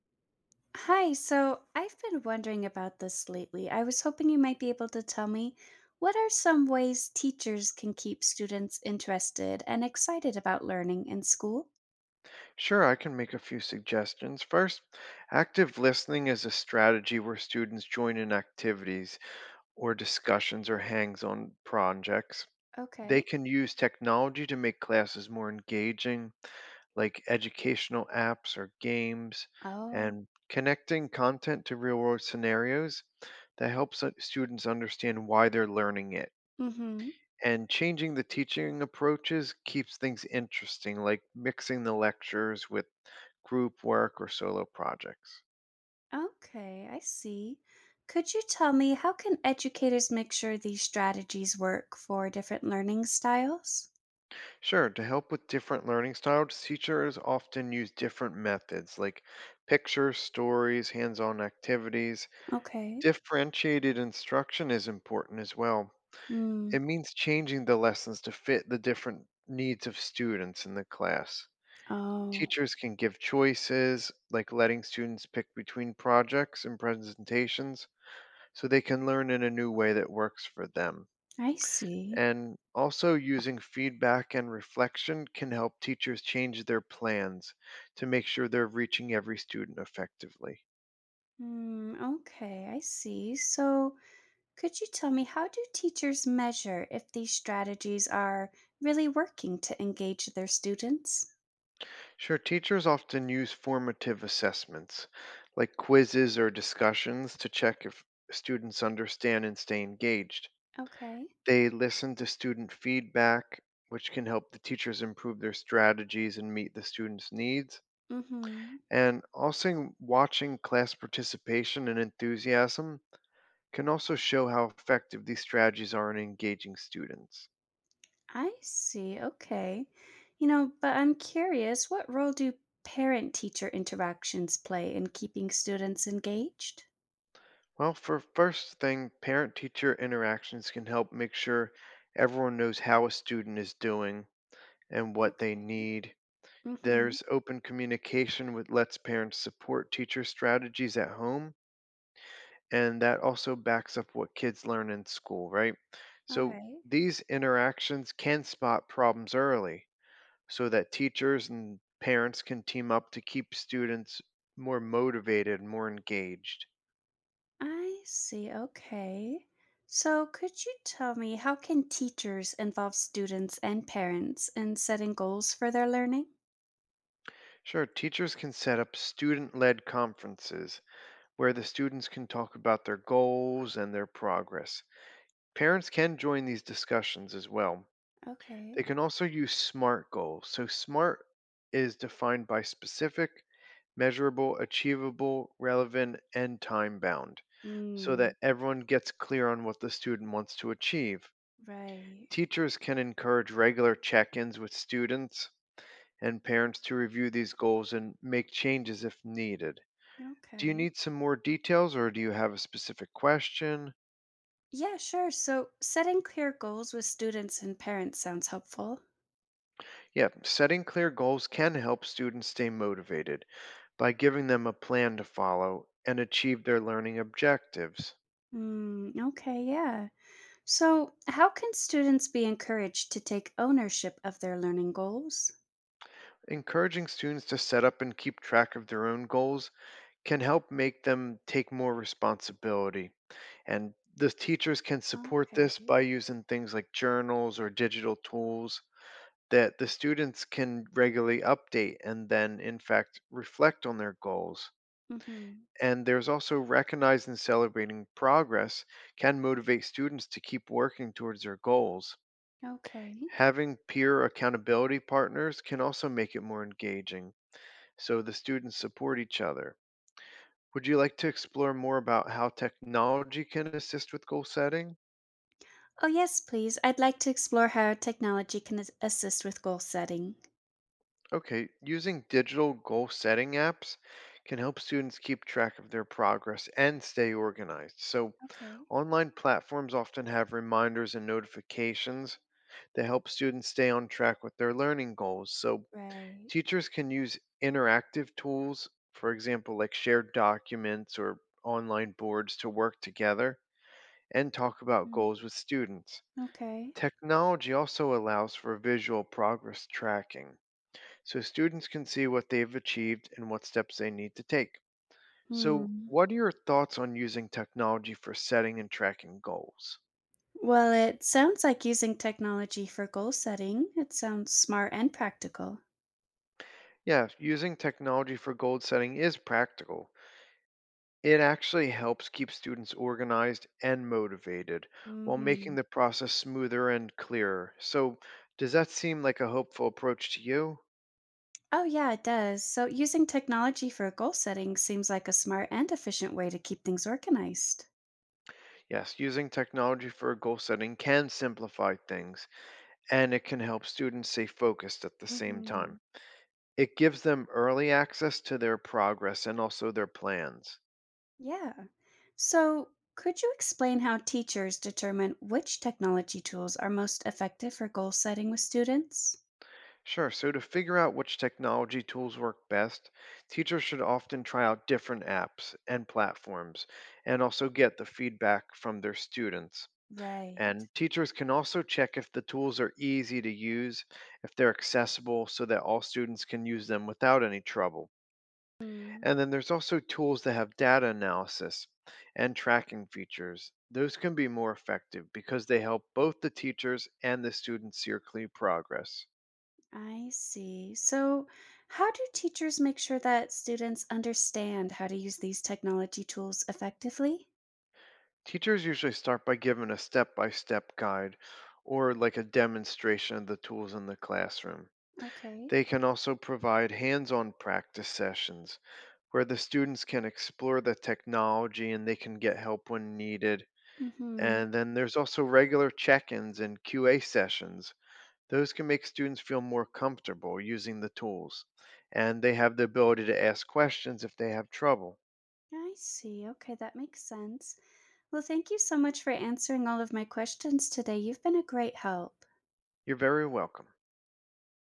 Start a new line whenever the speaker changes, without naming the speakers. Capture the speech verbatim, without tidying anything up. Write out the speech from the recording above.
Hi, so I've been wondering about this lately. I was hoping you might be able to tell me, what are some ways teachers can keep students interested and excited about learning in school?
Sure, I can make a few suggestions. First, active listening is a strategy where students join in activities or discussions or hangs on projects.
Okay.
They can use technology to make classes more engaging, like educational apps or games,
Oh,
and connecting content to real world scenarios that helps u- students understand why they're learning it.
mm-hmm.
And changing the teaching approaches keeps things interesting, like mixing the lectures with group work, or solo projects.
Okay, I see. Could you tell me, how can educators make sure these strategies work for different learning styles?
Sure, to help with different learning styles, teachers often use different methods like pictures, stories, hands on activities.
Okay.
Differentiated instruction is important as well. It
Hmm.
means changing the lessons to fit the different needs of students in the class.
Oh,
Teachers can give choices, like letting students pick between projects and presentations, so they can learn in a new way that works for them.
I see.
And also, using feedback and reflection can help teachers change their plans to make sure they're reaching every student effectively.
Hmm. Okay, I see. So, could you tell me, how do teachers measure if these strategies are really working to engage their students?
Sure, teachers often use formative assessments like quizzes or discussions to check if students understand and stay engaged.
Okay.
They listen to student feedback, which can help the teachers improve their strategies and meet the students' needs.
Mhm.
And also, watching class participation and enthusiasm can also show how effective these strategies are in engaging students.
I see. Okay. You know, but I'm curious, what role do parent-teacher interactions play in keeping students engaged?
Well, for first thing, parent teacher interactions can help make sure everyone knows how a student is doing and what they
Okay.
need.
Mhm.
There's open communication which lets parents support teacher strategies at home, and that also backs up what kids learn in school, right?
All
So
right.
these interactions can spot problems early so that teachers and parents can team up to keep students more motivated and more engaged.
I see. Okay. So, could you tell me, how can teachers involve students and parents in setting goals for their learning?
Sure, teachers can set up student led conferences where the students can talk about their goals and their progress. Parents can join these discussions as well.
Okay.
They can also use SMART goals. So, SMART is defined by specific, measurable, achievable, relevant, and time bound, so
Mm,
that everyone gets clear on what the student wants to achieve.
right.
Teachers can encourage regular check ins with students and parents to review these goals and make changes if needed. Do you
Okay.
need some more details or do you have a specific question?
Yeah, sure. So, setting clear goals with students and parents sounds helpful.
Yeah, setting clear goals can help students stay motivated by giving them a plan to follow and achieve their learning objectives.
Mm, okay, yeah. So, how can students be encouraged to take ownership of their learning goals?
Encouraging students to set up and keep track of their own goals can help make them take more responsibility. And the teachers can support this
Okay.
by using things like journals or digital tools that the students can regularly update and then, in fact, reflect on their goals.
Mm-hmm.
And there's also recognizing and celebrating progress can motivate students to keep working towards their goals.
Okay.
Having peer accountability partners can also make it more engaging, so the students support each other. Would you like to explore more about how technology can assist with goal setting?
Oh, yes, please. I'd like to explore how technology can as- assist with goal setting.
Okay, using digital goal setting apps can help students keep track of their progress and stay organized. So,
Okay.
online platforms often have reminders and notifications that help students stay on track with their learning goals. So,
Right.
teachers can use interactive tools, for example, like shared documents or online boards, to work together and talk about
Mm,
goals with students.
okay.
Technology also allows for visual progress tracking, so students can see what they've achieved and what steps they need to take. So,
Hmm.
what are your thoughts on using technology for setting and tracking goals?
Well, it sounds like using technology for goal setting. It sounds smart and practical.
Yeah, using technology for goal setting is practical. It actually helps keep students organized and motivated while making
Hmm.
the process smoother and clearer. So, does that seem like a hopeful approach to you?
Oh, yeah, it does. So, using technology for goal setting seems like a smart and efficient way to keep things organized.
Yes, using technology for goal setting can simplify things, and it can help students stay focused at the same
Hmm.
time. It gives them early access to their progress and also their plans.
Yeah. So, could you explain how teachers determine which technology tools are most effective for goal setting with students?
Sure, so to figure out which technology tools work best, teachers should often try out different apps and platforms and also get the feedback from their students.
Right.
And teachers can also check if the tools are easy to use, if they're accessible, so that all students can use them without any trouble. And then there's also tools that have data analysis and tracking features. Those can be more effective because they help both the teachers and the students see clear progress.
I see. So, how do teachers make sure that students understand how to use these technology tools effectively?
Teachers usually start by giving a step by step guide or like a demonstration of the tools in the classroom.
Okay.
They can also provide hands on practice sessions where the students can explore the technology and they can get help when needed.
Mhm.
And then there's also regular check ins and Q A sessions. Those can make students feel more comfortable using the tools, and they have the ability to ask questions if they have trouble.
I see. Okay, that makes sense. Well, thank you so much for answering all of my questions today. You've been a great help.
You're very welcome.